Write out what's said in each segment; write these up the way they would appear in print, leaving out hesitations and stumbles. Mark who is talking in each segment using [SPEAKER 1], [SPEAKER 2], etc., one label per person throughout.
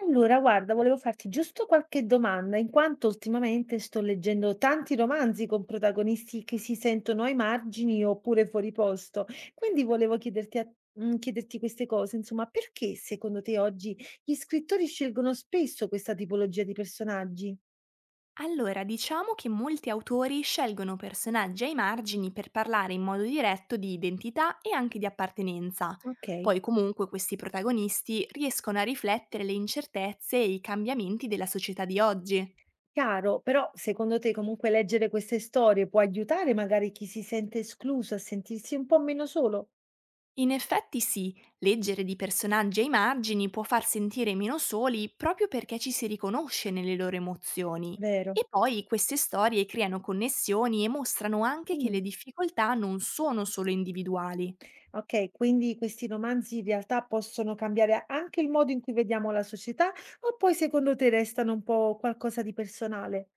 [SPEAKER 1] Allora, guarda, volevo farti giusto qualche domanda, in quanto ultimamente sto leggendo tanti romanzi con protagonisti che si sentono ai margini oppure fuori posto. Quindi volevo chiederti queste cose, insomma, perché secondo te oggi gli scrittori scelgono spesso questa tipologia di personaggi?
[SPEAKER 2] Allora, diciamo che molti autori scelgono personaggi ai margini per parlare in modo diretto di identità e anche di appartenenza.
[SPEAKER 1] Ok,
[SPEAKER 2] Poi comunque questi protagonisti riescono a riflettere le incertezze e i cambiamenti della società di oggi.
[SPEAKER 1] chiaro, però secondo te comunque leggere queste storie può aiutare magari chi si sente escluso a sentirsi un po' meno solo?
[SPEAKER 2] In effetti sì, leggere di personaggi ai margini può far sentire meno soli proprio perché ci si riconosce nelle loro emozioni.
[SPEAKER 1] Vero.
[SPEAKER 2] E poi queste storie creano connessioni e mostrano anche che le
[SPEAKER 1] Mm.
[SPEAKER 2] difficoltà non sono solo individuali.
[SPEAKER 1] Okay, quindi questi romanzi in realtà possono cambiare anche il modo in cui vediamo la società, o poi secondo te restano un po' qualcosa di personale?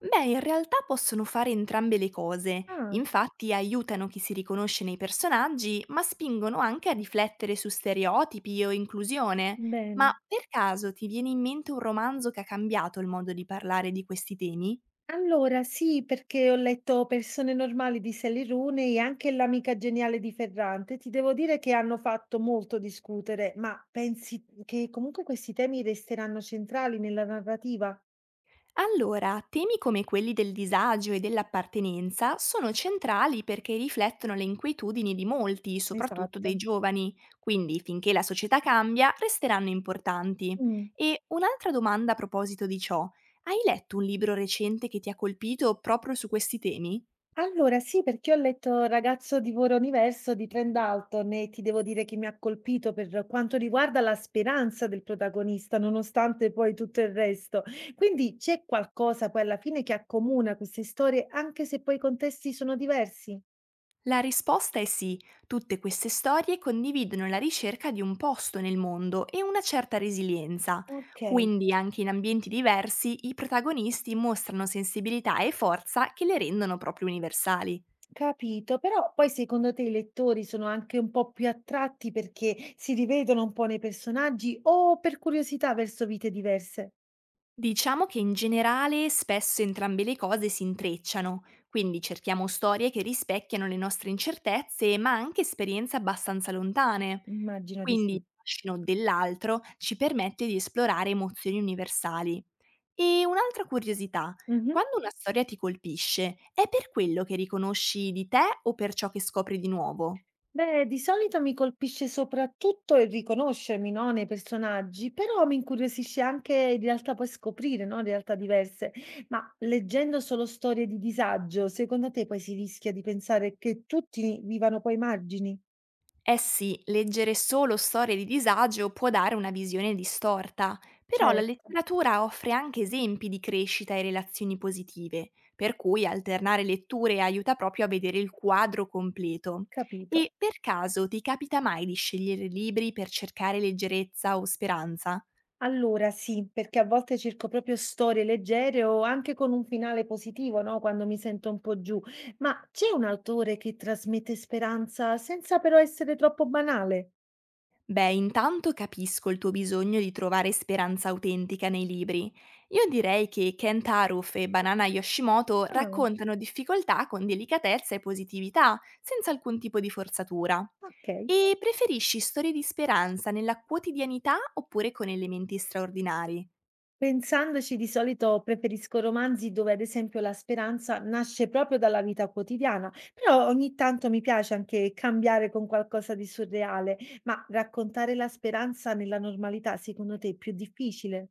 [SPEAKER 2] Beh, in realtà possono fare entrambe le cose,
[SPEAKER 1] Ah,
[SPEAKER 2] infatti aiutano chi si riconosce nei personaggi, ma spingono anche a riflettere su stereotipi o inclusione. Ma
[SPEAKER 1] bene.
[SPEAKER 2] per caso ti viene in mente un romanzo che ha cambiato il modo di parlare di questi temi?
[SPEAKER 1] Allora sì, perché ho letto Persone normali di Sally Rooney e anche L'amica geniale di Ferrante. Ti devo dire che hanno fatto molto discutere, ma pensi che comunque questi temi resteranno centrali nella narrativa?
[SPEAKER 2] Allora, temi come quelli del disagio e dell'appartenenza sono centrali perché riflettono le inquietudini di molti, soprattutto
[SPEAKER 1] Esatto.
[SPEAKER 2] dei giovani, quindi finché la società cambia resteranno importanti.
[SPEAKER 1] Mh.
[SPEAKER 2] E un'altra domanda a proposito di ciò, hai letto un libro recente che ti ha colpito proprio su questi temi?
[SPEAKER 1] Allora sì, perché ho letto Ragazzo divora universo di Trent Dalton e ti devo dire che mi ha colpito per quanto riguarda la speranza del protagonista, nonostante poi tutto il resto. Quindi c'è qualcosa poi alla fine che accomuna queste storie, anche se poi i contesti sono diversi?
[SPEAKER 2] La risposta è sì, tutte queste storie condividono la ricerca di un posto nel mondo e una certa resilienza,
[SPEAKER 1] Ok,
[SPEAKER 2] quindi anche in ambienti diversi i protagonisti mostrano sensibilità e forza che le rendono proprio universali.
[SPEAKER 1] capito, però poi secondo te i lettori sono anche un po' più attratti perché si rivedono un po' nei personaggi o per curiosità verso vite diverse?
[SPEAKER 2] Diciamo che in generale spesso entrambe le cose si intrecciano, quindi cerchiamo storie che rispecchiano le nostre incertezze ma anche esperienze abbastanza lontane,
[SPEAKER 1] Immagino di
[SPEAKER 2] quindi il
[SPEAKER 1] sì.
[SPEAKER 2] fascino dell'altro ci permette di esplorare emozioni universali. E un'altra curiosità,
[SPEAKER 1] Mhm.
[SPEAKER 2] quando una storia ti colpisce, è per quello che riconosci di te o per ciò che scopri di nuovo?
[SPEAKER 1] Beh, di solito mi colpisce soprattutto il riconoscermi, no, nei personaggi, però mi incuriosisce anche in realtà poi scoprire, no, realtà diverse. Ma leggendo solo storie di disagio, secondo te poi si rischia di pensare che tutti vivano poi margini?
[SPEAKER 2] Eh sì, leggere solo storie di disagio può dare una visione distorta, però la
[SPEAKER 1] Certo,
[SPEAKER 2] letteratura offre anche esempi di crescita e relazioni positive, per cui alternare letture aiuta proprio a vedere il quadro completo.
[SPEAKER 1] capito.
[SPEAKER 2] E per caso ti capita mai di scegliere libri per cercare leggerezza o speranza?
[SPEAKER 1] Allora sì, perché a volte cerco proprio storie leggere o anche con un finale positivo, no? Quando mi sento un po' giù. Ma c'è un autore che trasmette speranza senza però essere troppo banale?
[SPEAKER 2] Beh, intanto capisco il tuo bisogno di trovare speranza autentica nei libri. Io direi che Kent Haruf e Banana Yoshimoto
[SPEAKER 1] Ah.
[SPEAKER 2] raccontano difficoltà con delicatezza e positività, senza alcun tipo di forzatura.
[SPEAKER 1] Okay.
[SPEAKER 2] E preferisci storie di speranza nella quotidianità oppure con elementi straordinari?
[SPEAKER 1] Pensandoci di solito preferisco romanzi dove ad esempio la speranza nasce proprio dalla vita quotidiana, però ogni tanto mi piace anche cambiare con qualcosa di surreale. Ma raccontare la speranza nella normalità secondo te è più difficile?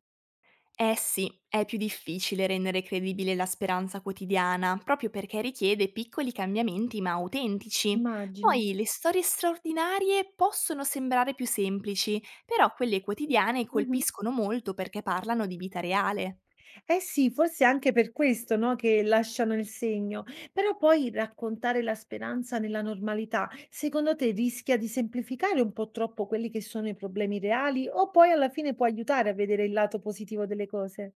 [SPEAKER 2] Eh sì, è più difficile rendere credibile la speranza quotidiana, proprio perché richiede piccoli cambiamenti ma autentici.
[SPEAKER 1] Immagino.
[SPEAKER 2] Poi le storie straordinarie possono sembrare più semplici, però quelle quotidiane
[SPEAKER 1] Mh-mh.
[SPEAKER 2] colpiscono molto perché parlano di vita reale.
[SPEAKER 1] Eh sì, forse anche per questo, no, che lasciano il segno. Però poi raccontare la speranza nella normalità, secondo te rischia di semplificare un po' troppo quelli che sono i problemi reali o poi alla fine può aiutare a vedere il lato positivo delle cose?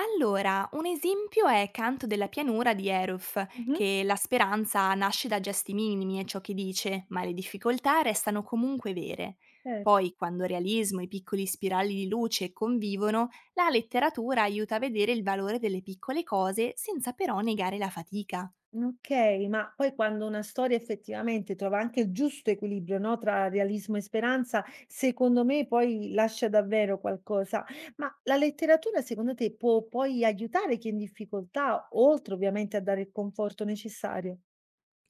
[SPEAKER 2] Allora, un esempio è Canto della pianura di Eruf,
[SPEAKER 1] Mhm,
[SPEAKER 2] che la speranza nasce da gesti minimi, è ciò che dice, ma le difficoltà restano comunque vere.
[SPEAKER 1] certo.
[SPEAKER 2] Poi, quando realismo e piccoli spirali di luce convivono, la letteratura aiuta a vedere il valore delle piccole cose senza però negare la fatica.
[SPEAKER 1] Okay, ma poi quando una storia effettivamente trova anche il giusto equilibrio, no, tra realismo e speranza, secondo me poi lascia davvero qualcosa. Ma la letteratura secondo te può poi aiutare chi è in difficoltà, oltre ovviamente a dare il conforto necessario?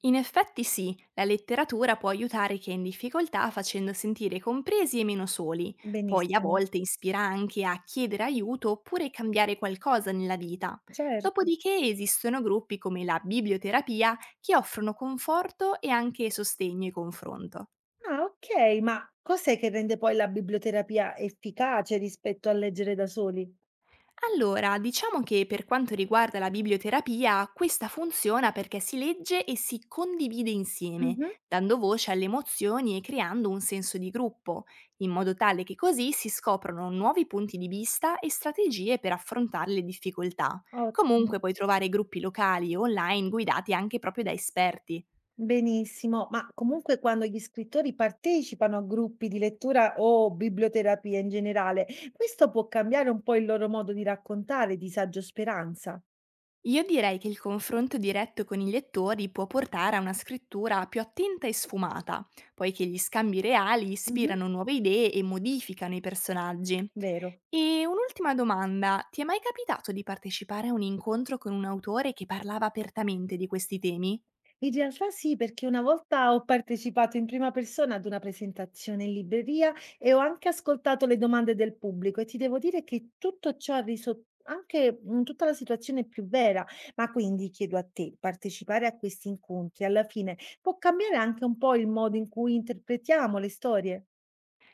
[SPEAKER 2] In effetti sì, la letteratura può aiutare chi è in difficoltà facendo sentire compresi e meno soli, poi a
[SPEAKER 1] Benissimo,
[SPEAKER 2] volte ispira anche a chiedere aiuto oppure cambiare qualcosa nella vita.
[SPEAKER 1] certo.
[SPEAKER 2] Dopodiché esistono gruppi come la biblioterapia che offrono conforto e anche sostegno e confronto.
[SPEAKER 1] Ah, okay, ma cos'è che rende poi la biblioterapia efficace rispetto a leggere da soli?
[SPEAKER 2] Allora, diciamo che per quanto riguarda la biblioterapia, questa funziona perché si legge e si condivide insieme,
[SPEAKER 1] Mh-mh,
[SPEAKER 2] dando voce alle emozioni e creando un senso di gruppo, in modo tale che così si scoprono nuovi punti di vista e strategie per affrontare le difficoltà.
[SPEAKER 1] ottimo.
[SPEAKER 2] Comunque puoi trovare gruppi locali o online guidati anche proprio da esperti.
[SPEAKER 1] Benissimo, ma comunque quando gli scrittori partecipano a gruppi di lettura o biblioterapia in generale, questo può cambiare un po' il loro modo di raccontare disagio o speranza.
[SPEAKER 2] Io direi che il confronto diretto con i lettori può portare a una scrittura più attenta e sfumata, poiché gli scambi reali
[SPEAKER 1] Mhm,
[SPEAKER 2] ispirano nuove idee e modificano i personaggi.
[SPEAKER 1] vero.
[SPEAKER 2] E un'ultima domanda, ti è mai capitato di partecipare a un incontro con un autore che parlava apertamente di questi temi?
[SPEAKER 1] In realtà sì, perché una volta ho partecipato in prima persona ad una presentazione in libreria e ho anche ascoltato le domande del pubblico e ti devo dire che tutto ciò ha reso anche tutta la situazione più vera. Ma quindi chiedo a te, partecipare a questi incontri alla fine può cambiare anche un po' il modo in cui interpretiamo le storie?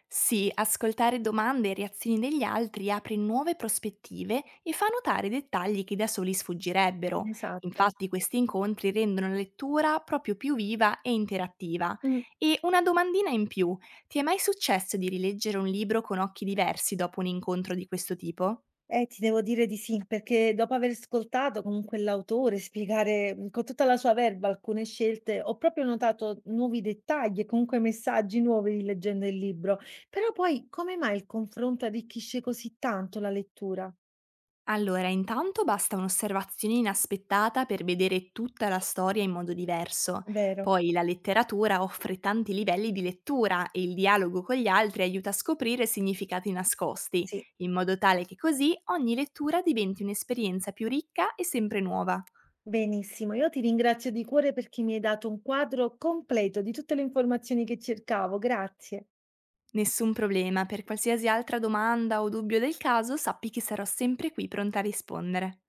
[SPEAKER 2] Sì, ascoltare domande e reazioni degli altri apre nuove prospettive e fa notare dettagli che da soli sfuggirebbero.
[SPEAKER 1] Esatto.
[SPEAKER 2] Infatti questi incontri rendono la lettura proprio più viva e interattiva. E una domandina in più, ti è mai successo di rileggere un libro con occhi diversi dopo un incontro di questo tipo?
[SPEAKER 1] Ti devo dire di sì, perché dopo aver ascoltato comunque l'autore spiegare, con tutta la sua verba alcune scelte, ho proprio notato nuovi dettagli e comunque messaggi nuovi rileggendo il libro. Però poi come mai il confronto arricchisce così tanto la lettura?
[SPEAKER 2] Allora, intanto basta un'osservazione inaspettata per vedere tutta la storia in modo diverso.
[SPEAKER 1] Vero?
[SPEAKER 2] Poi la letteratura offre tanti livelli di lettura e il dialogo con gli altri aiuta a scoprire significati nascosti,
[SPEAKER 1] Sì,
[SPEAKER 2] in modo tale che così ogni lettura diventi un'esperienza più ricca e sempre nuova.
[SPEAKER 1] benissimo. Io ti ringrazio di cuore perché mi hai dato un quadro completo di tutte le informazioni che cercavo. Grazie.
[SPEAKER 2] Nessun problema, per qualsiasi altra domanda o dubbio del caso sappi che sarò sempre qui pronta a rispondere.